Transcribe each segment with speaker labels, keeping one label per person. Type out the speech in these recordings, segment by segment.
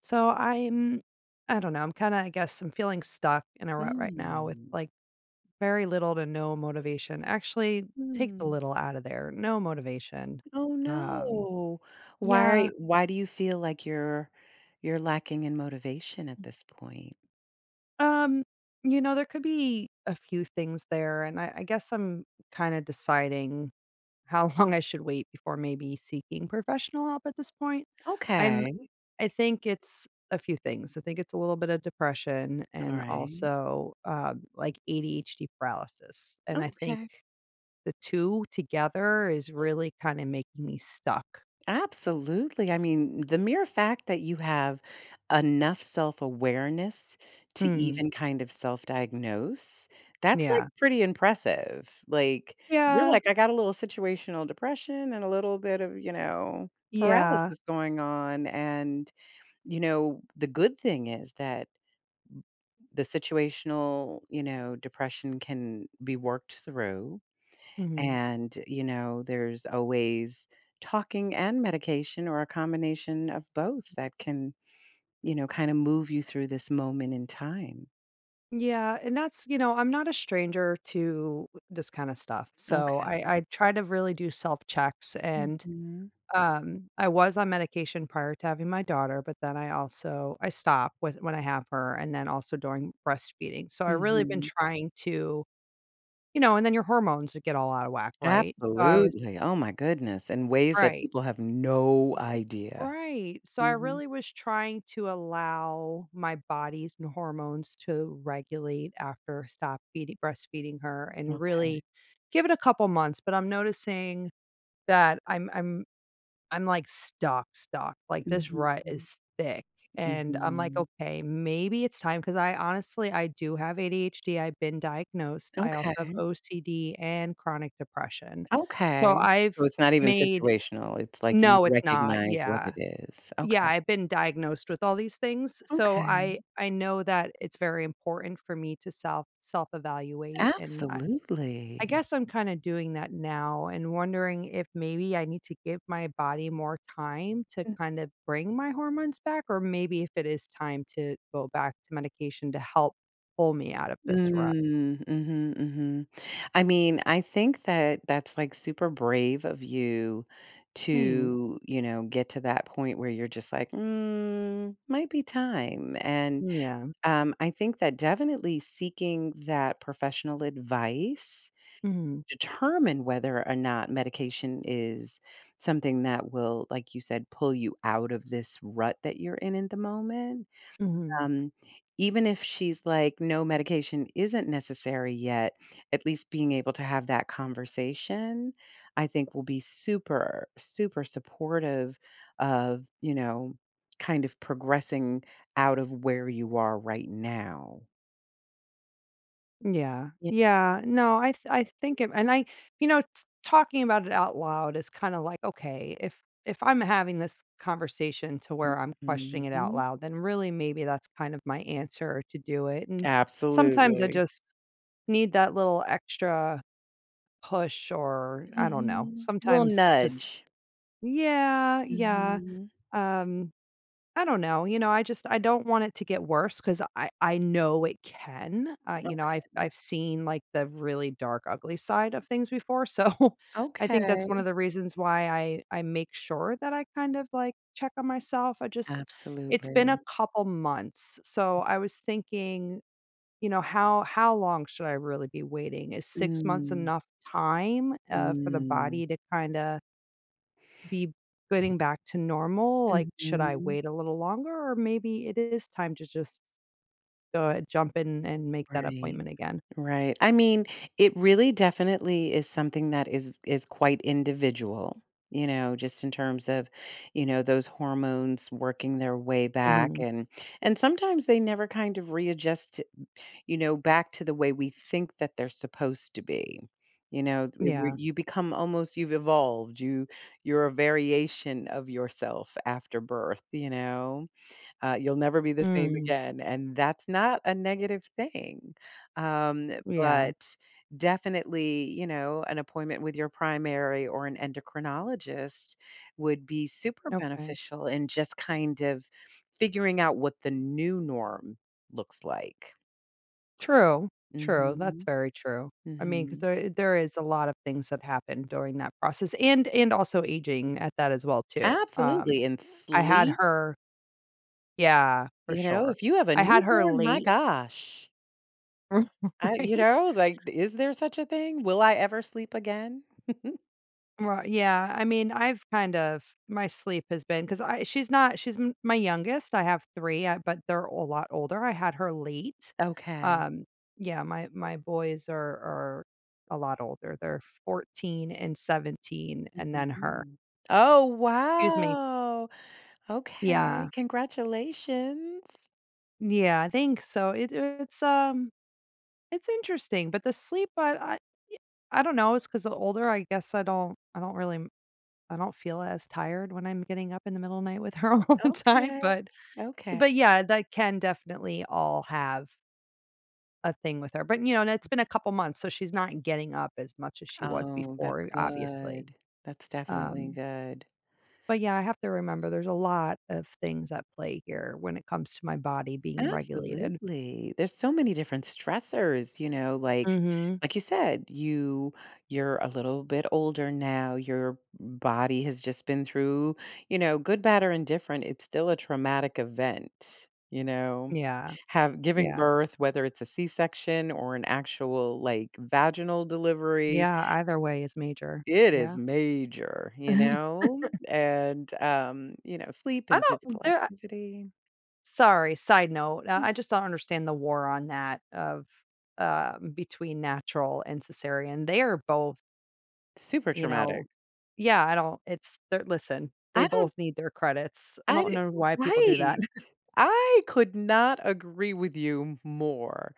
Speaker 1: So I'm, I don't know. I'm kind of, I guess, I'm feeling stuck in a rut right now with
Speaker 2: Mm.
Speaker 1: like very little to no motivation. Actually, take the
Speaker 2: Mm.
Speaker 1: little out of there. No motivation.
Speaker 2: Oh,
Speaker 1: Um,
Speaker 2: no.
Speaker 1: yeah.
Speaker 2: Why do you feel like you're lacking in motivation at this point?
Speaker 1: Um, you know, there could be a few things there, and I guess I'm kind of deciding how long I should wait before maybe seeking professional help at this point. I'm
Speaker 2: Okay.
Speaker 1: I think it's a few things. I think it's a little bit of depression
Speaker 2: All
Speaker 1: and
Speaker 2: right.
Speaker 1: also like ADHD paralysis. And I think
Speaker 2: Okay.
Speaker 1: the two together is really kind of making me stuck.
Speaker 2: Absolutely. I mean, the mere fact that you have enough self-awareness to
Speaker 1: Mm,
Speaker 2: even kind of self-diagnose, that's, like,
Speaker 1: yeah.
Speaker 2: pretty impressive. Like, you're
Speaker 1: Yeah.
Speaker 2: like, "I got a little situational depression and a little bit of, you know,
Speaker 1: Yeah.
Speaker 2: paralysis going on," and you know, the good thing is that the situational, you know, depression can be worked through.
Speaker 1: hmm
Speaker 2: And, you know, there's always talking and medication or a combination of both that can, you know, kind of move you through this moment in time.
Speaker 1: Yeah. And that's, you know, I'm not a stranger to this kind of stuff. So
Speaker 2: Okay.
Speaker 1: I try to really do self checks. And
Speaker 2: Mhm.
Speaker 1: Um, I was on medication prior to having my daughter, but then I also I stop when I have her and then also during breastfeeding. So I really been
Speaker 2: Mhm.
Speaker 1: trying to you know, and then your hormones would get all out of whack, right? So I was
Speaker 2: Absolutely. Oh my goodness. In ways that
Speaker 1: right.
Speaker 2: people have no idea.
Speaker 1: Right. So I
Speaker 2: Mhm.
Speaker 1: really was trying to allow my hormones to regulate after stop feeding breastfeeding her and
Speaker 2: Okay.
Speaker 1: really give it a couple months, but I'm noticing that I'm, like, stuck, stuck, like, this rut
Speaker 2: Mhm.
Speaker 1: is thick, and I'm like,
Speaker 2: Mhm.
Speaker 1: "Okay, maybe it's time. Because I honestly I do have ADHD, I've been diagnosed, I also have
Speaker 2: Okay.
Speaker 1: OCD and chronic depression. So
Speaker 2: Okay.
Speaker 1: I've
Speaker 2: So it's not even
Speaker 1: made
Speaker 2: situational, it's like you
Speaker 1: no, it's not,
Speaker 2: recognize what
Speaker 1: yeah.
Speaker 2: it is.
Speaker 1: Yeah,
Speaker 2: Okay.
Speaker 1: I've been diagnosed with all these things, so
Speaker 2: Okay.
Speaker 1: I know that it's very important for me to self-evaluate, and I
Speaker 2: Absolutely.
Speaker 1: guess I'm kinda doing that now and wondering if maybe I need to give my body more time to
Speaker 2: Mm.
Speaker 1: kind of bring my hormones back, or maybe if it is time to go back to medication to help pull me out of this rut."
Speaker 2: Mm, mhm, mhm. I mean, I think that that's, like, super brave of you
Speaker 1: Thanks.
Speaker 2: to, you know, get to that point where you're just like, "Mm, might be time," and,
Speaker 1: Yeah.
Speaker 2: I think that definitely seeking that professional advice
Speaker 1: Mhm.
Speaker 2: determine whether or not medication is something that will, like you said, pull you out of this rut that you're in the moment.
Speaker 1: Mhm.
Speaker 2: Um, Even if she's like, no, medication isn't necessary yet, at least being able to have that conversation, I think will be super, super supportive of, you know, kind of progressing out of where you are right now.
Speaker 1: Yeah.
Speaker 2: Yeah.
Speaker 1: Yeah. No, I think it and I you know, t talking about it out loud is kinda like, okay, if I'm having this conversation to where I'm questioning it out
Speaker 2: Mhm.
Speaker 1: loud, then really maybe that's kind of my answer to do it, and sometimes I
Speaker 2: Absolutely.
Speaker 1: just need that little extra push or I don't know.
Speaker 2: Mhm. Little
Speaker 1: Sometimes just,
Speaker 2: nudge.
Speaker 1: "Yeah, yeah,"
Speaker 2: Mhm.
Speaker 1: um I don't know, you know, I just I don't want it to get worse because I know it can, you know, I've
Speaker 2: Okay.
Speaker 1: I've seen, like, the really dark, ugly side of things before, so I think that's one of
Speaker 2: Okay.
Speaker 1: the reasons why I make sure that I kind of, like, check on myself, I just it's been a
Speaker 2: Absolutely.
Speaker 1: couple months, so I was thinking, you know, how long should I really be waiting? Is 6 months
Speaker 2: Mm.
Speaker 1: enough time, for the
Speaker 2: Mm.
Speaker 1: body to kinda be getting back to normal? Like, should I
Speaker 2: Mhm.
Speaker 1: wait a little longer or maybe it is time to just go jump in and make that
Speaker 2: Right.
Speaker 1: appointment again?
Speaker 2: Right. I mean, it really definitely is something that is quite individual, you know, just in terms of, you know, those hormones working their way back
Speaker 1: Mhm.
Speaker 2: and sometimes they never kind of readjust you know, back to the way we think that they're supposed to be. You know, where
Speaker 1: Yeah.
Speaker 2: you become almost you've evolved. You're a variation of yourself after birth, you know. You'll never be the same
Speaker 1: Mm.
Speaker 2: again, and that's not a negative thing.
Speaker 1: Yeah.
Speaker 2: But definitely, you know, an appointment with your primary or an endocrinologist would be super
Speaker 1: Okay.
Speaker 2: beneficial in just kind of figuring out what the new norm looks like.
Speaker 1: True. True. That's
Speaker 2: Mhm,
Speaker 1: very true. I mean, 'cause
Speaker 2: mhm.
Speaker 1: there is a lot of things that happen during that process and also aging at that as well too.
Speaker 2: Absolutely, and
Speaker 1: I had
Speaker 2: sleep,
Speaker 1: her yeah, for
Speaker 2: you know,
Speaker 1: sure.
Speaker 2: if you have a
Speaker 1: I had her
Speaker 2: newborn, my
Speaker 1: late,
Speaker 2: gosh. I You
Speaker 1: right?
Speaker 2: know, like, is there such a thing? Will I ever sleep again?
Speaker 1: Right, yeah, I mean, I've kind of my sleep has been because I she's not she's m my youngest, I have 3, but they're a lot older, I had her late.
Speaker 2: Okay.
Speaker 1: Um, yeah, my boys are a lot older, they're 14 and 17, and then her.
Speaker 2: Mhm. Oh,
Speaker 1: Excuse me.
Speaker 2: wow. Okay,
Speaker 1: Yeah.
Speaker 2: congratulations.
Speaker 1: Yeah, I think so, it's interesting, but the sleep, I don't know, it's because the older, I guess I don't really I don't feel as tired when I'm getting up in the middle of the night with her all the time,
Speaker 2: Okay,
Speaker 1: but
Speaker 2: okay.
Speaker 1: But yeah, that can definitely all have a thing with her. But, you know, and it's been a couple months, so she's not getting up as much as she was
Speaker 2: Oh, that's
Speaker 1: before, obviously.
Speaker 2: good. That's definitely
Speaker 1: Um,
Speaker 2: good.
Speaker 1: but yeah, I have to remember there's a lot of things at play here when it comes to my body being regulated.
Speaker 2: Absolutely. There's so many different stressors, you know,
Speaker 1: Mhm.
Speaker 2: like you said, you're a little bit older now. Your body has just been through, you know, good, bad, or indifferent. It's still a traumatic event, you know.
Speaker 1: Yeah.
Speaker 2: Have giving
Speaker 1: Yeah.
Speaker 2: birth, whether it's a C-section or an actual like vaginal delivery,
Speaker 1: Yeah, either way is major.
Speaker 2: it is
Speaker 1: Yeah.
Speaker 2: major, you know? And you know, sleep
Speaker 1: I
Speaker 2: and
Speaker 1: don't
Speaker 2: physical
Speaker 1: there
Speaker 2: activity,
Speaker 1: Sorry, side note. I just don't understand the war on that of between natural and cesarean. They are both
Speaker 2: super
Speaker 1: you know?
Speaker 2: traumatic.
Speaker 1: Yeah, I don't it's they're listen, they
Speaker 2: I
Speaker 1: both
Speaker 2: don't
Speaker 1: need their credits. I
Speaker 2: I
Speaker 1: don't
Speaker 2: di
Speaker 1: know why people do that.
Speaker 2: Right. I could not agree with you more.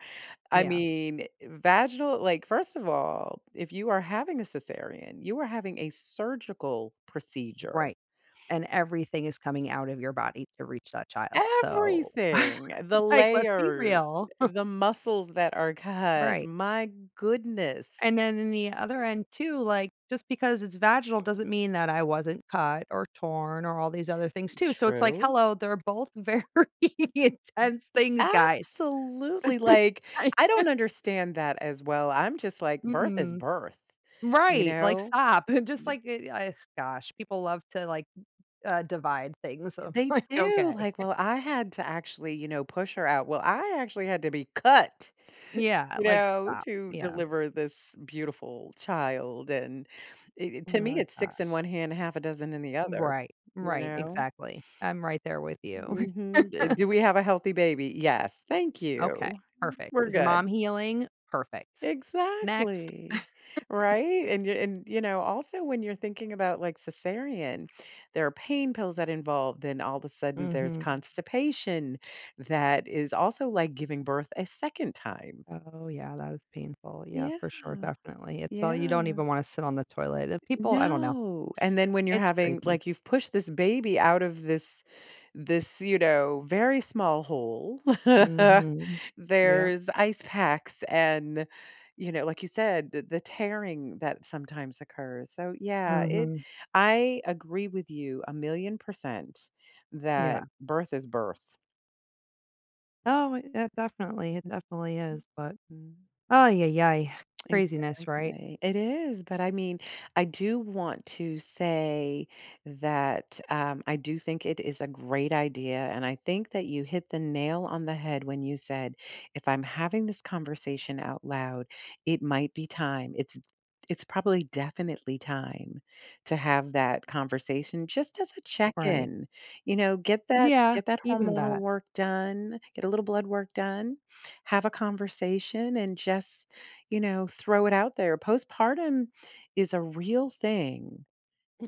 Speaker 2: I
Speaker 1: Yeah,
Speaker 2: mean, vaginal like, first of all, if you are having a cesarean, you are having a surgical procedure.
Speaker 1: right. And everything is coming out of your body to reach that child, so,
Speaker 2: Everything, the
Speaker 1: like, let's be
Speaker 2: layers,
Speaker 1: real.
Speaker 2: the muscles that are cut,
Speaker 1: Right.
Speaker 2: my goodness.
Speaker 1: And then in the other end too, like, just because it's vaginal doesn't mean that I wasn't cut or torn or all these other things too, so it's like,
Speaker 2: True.
Speaker 1: hello, they're both very intense things, guys.
Speaker 2: Absolutely, like,
Speaker 1: I
Speaker 2: I don't understand that as well. I'm just like, birth is
Speaker 1: mm-mm.
Speaker 2: birth, you
Speaker 1: Right, like,
Speaker 2: know?
Speaker 1: stop, and just like, eh, I gosh, people love to, like, divide things, so I'm
Speaker 2: They
Speaker 1: like,
Speaker 2: do,
Speaker 1: "Okay."
Speaker 2: like, well, I had to actually, you know, push her out. Well, I actually had to be cut,
Speaker 1: Yeah,
Speaker 2: you
Speaker 1: like,
Speaker 2: know,
Speaker 1: stop,
Speaker 2: to
Speaker 1: yeah.
Speaker 2: deliver this beautiful child, and it to
Speaker 1: Oh
Speaker 2: me, it's 6 in
Speaker 1: gosh.
Speaker 2: one hand, half a dozen in the other,
Speaker 1: Right,
Speaker 2: you
Speaker 1: right,
Speaker 2: know?
Speaker 1: exactly. I'm right there with you.
Speaker 2: Mhm. "Do we have a healthy baby?" "Yes." "Thank
Speaker 1: Okay,
Speaker 2: you.
Speaker 1: perfect.
Speaker 2: We're
Speaker 1: Is
Speaker 2: good."
Speaker 1: mom healing? Perfect. Next.
Speaker 2: Exactly, right? And, you know, also when you're thinking about, like, cesarean, there are pain pills that involve then all of a sudden there's
Speaker 1: Mhm.
Speaker 2: constipation that is also like giving birth a second time.
Speaker 1: Oh, yeah, that is painful. Yeah,
Speaker 2: Yeah,
Speaker 1: for sure, definitely. It's all you don't
Speaker 2: yeah.
Speaker 1: even wanna sit on the toilet. The people I don't know.
Speaker 2: No, and then when you're
Speaker 1: It's
Speaker 2: having
Speaker 1: crazy.
Speaker 2: like, you've pushed this baby out of this, you know, very small hole.
Speaker 1: Mhm. Yep.
Speaker 2: There's ice packs and, you know, like you said, the tearing that sometimes occurs. So yeah, it
Speaker 1: Mhm.
Speaker 2: I agree with you a million % that
Speaker 1: Yeah.
Speaker 2: birth is birth.
Speaker 1: Oh, it it definitely
Speaker 2: Mhm.
Speaker 1: is, but
Speaker 2: Mhm.
Speaker 1: oh, yeah, yeah, yeah, craziness, right?
Speaker 2: Exactly. It is, but I mean, I do want to say that I do think it is a great idea. And I think that you hit the nail on the head when you said, if I'm having this conversation out loud, it might be time. It's probably definitely time to have that conversation just as a
Speaker 1: Right.
Speaker 2: check-in. You know,
Speaker 1: Yeah,
Speaker 2: get that
Speaker 1: even
Speaker 2: hormonal
Speaker 1: that.
Speaker 2: work done, get a little blood work done, have a conversation and just you know, throw it out there. Postpartum is a real thing,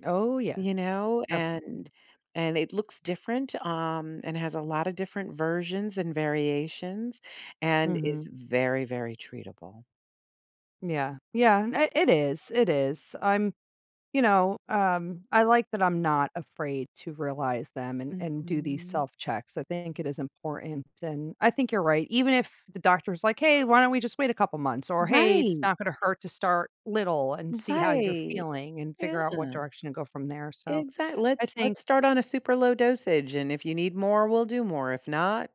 Speaker 1: Oh, yes,
Speaker 2: you know, Mm.
Speaker 1: definitely.
Speaker 2: And it looks different, and has a lot of different versions and variations and is
Speaker 1: Mhm.
Speaker 2: very, very treatable.
Speaker 1: Yeah, yeah, I it is, it is. I'm you know, I like that I'm not afraid to realize them and do these
Speaker 2: Mhm.
Speaker 1: self-checks. I think it is important, and I think you're right. Even if the doctor's like, "Hey, why don't we just wait a couple months?" Or, "Hey, it's
Speaker 2: Right,
Speaker 1: not gonna hurt to start little and see how you're
Speaker 2: right.
Speaker 1: feeling and figure out what
Speaker 2: Yeah,
Speaker 1: direction to go from there," so
Speaker 2: exactly.
Speaker 1: I
Speaker 2: let's
Speaker 1: think
Speaker 2: let's start on a super low dosage, and if you need more, we'll do more. If not,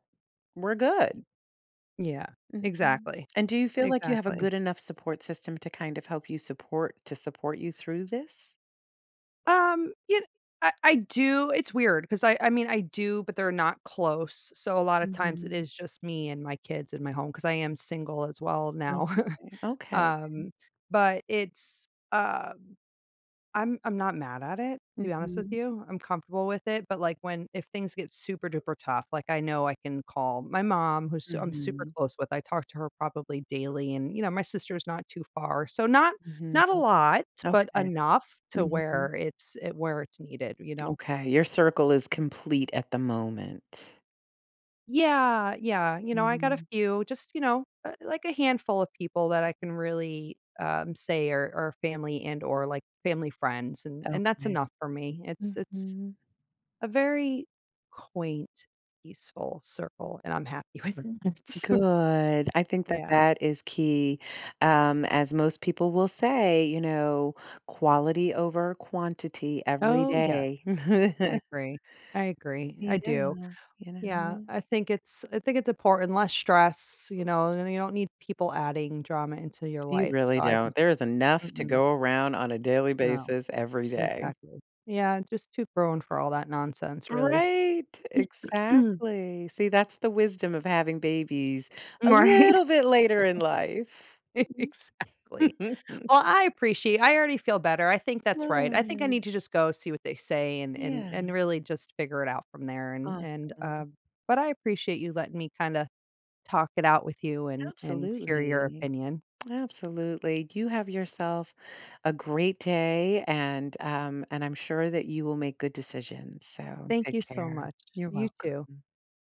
Speaker 2: we're good.
Speaker 1: yeah,
Speaker 2: Mhm.
Speaker 1: exactly,
Speaker 2: And do you feel like you have a
Speaker 1: exactly.
Speaker 2: good enough support system to kind of help you support you through this?
Speaker 1: You kn I do it's weird because I mean, I do, but they're not close, so a lot of times it
Speaker 2: Mhm.
Speaker 1: is just me and my kids in my home because I am single as well
Speaker 2: Okay.
Speaker 1: now.
Speaker 2: Okay.
Speaker 1: Um, but it's, I'm not mad at it, to be honest with
Speaker 2: Mhm.
Speaker 1: you. I'm comfortable with it, but, like, when if things get super duper tough, like, I know I can call my mom, who's su I'm super
Speaker 2: Mhm.
Speaker 1: close with. I talk to her probably daily, and, you know, my sister's not too far. So not
Speaker 2: Mhm.
Speaker 1: not a lot, but
Speaker 2: Okay.
Speaker 1: enough to
Speaker 2: Mhm.
Speaker 1: where it's eh, where it's needed, you know?
Speaker 2: Okay. Your circle is complete at the moment.
Speaker 1: Yeah, yeah, you know, I got a
Speaker 2: Mhm.
Speaker 1: few, just, you know, like, a handful of people that I can really, say are family and or, like, family friends, and that's
Speaker 2: Okay.
Speaker 1: enough for me. It's
Speaker 2: Mhm.
Speaker 1: a very quaint, peaceful circle, and I'm happy with mhm. it.
Speaker 2: Good. I think that
Speaker 1: Yeah.
Speaker 2: that is key. As most people will say, you know, quality over quantity every
Speaker 1: Oh, yes,
Speaker 2: day.
Speaker 1: I agree. I agree, I
Speaker 2: Yeah,
Speaker 1: do.
Speaker 2: you
Speaker 1: Yeah,
Speaker 2: know?
Speaker 1: I think it's important, less stress, you know, and you don't need people adding drama into your
Speaker 2: You
Speaker 1: life, so
Speaker 2: really
Speaker 1: I
Speaker 2: don't.
Speaker 1: just
Speaker 2: There is enough to
Speaker 1: mm-mm,
Speaker 2: go around on a daily
Speaker 1: no,
Speaker 2: basis every day.
Speaker 1: exactly. Yeah, just too grown for all that nonsense, really.
Speaker 2: Right, exactly. See, that's the wisdom of having babies a
Speaker 1: Right,
Speaker 2: little bit later in life.
Speaker 1: exactly. Well, I appreciate I already feel better. I think that's right. I think I
Speaker 2: Good.
Speaker 1: need to just go see what they say
Speaker 2: Yeah,
Speaker 1: and really just figure it out from there and
Speaker 2: awesome.
Speaker 1: but I appreciate you letting me kinda talk it out with you and hear your
Speaker 2: Absolutely,
Speaker 1: opinion.
Speaker 2: absolutely. You have yourself a great day, and I'm sure that you will make good decisions, so
Speaker 1: Thank
Speaker 2: take
Speaker 1: you so
Speaker 2: care.
Speaker 1: much.
Speaker 2: You're
Speaker 1: You too.
Speaker 2: welcome.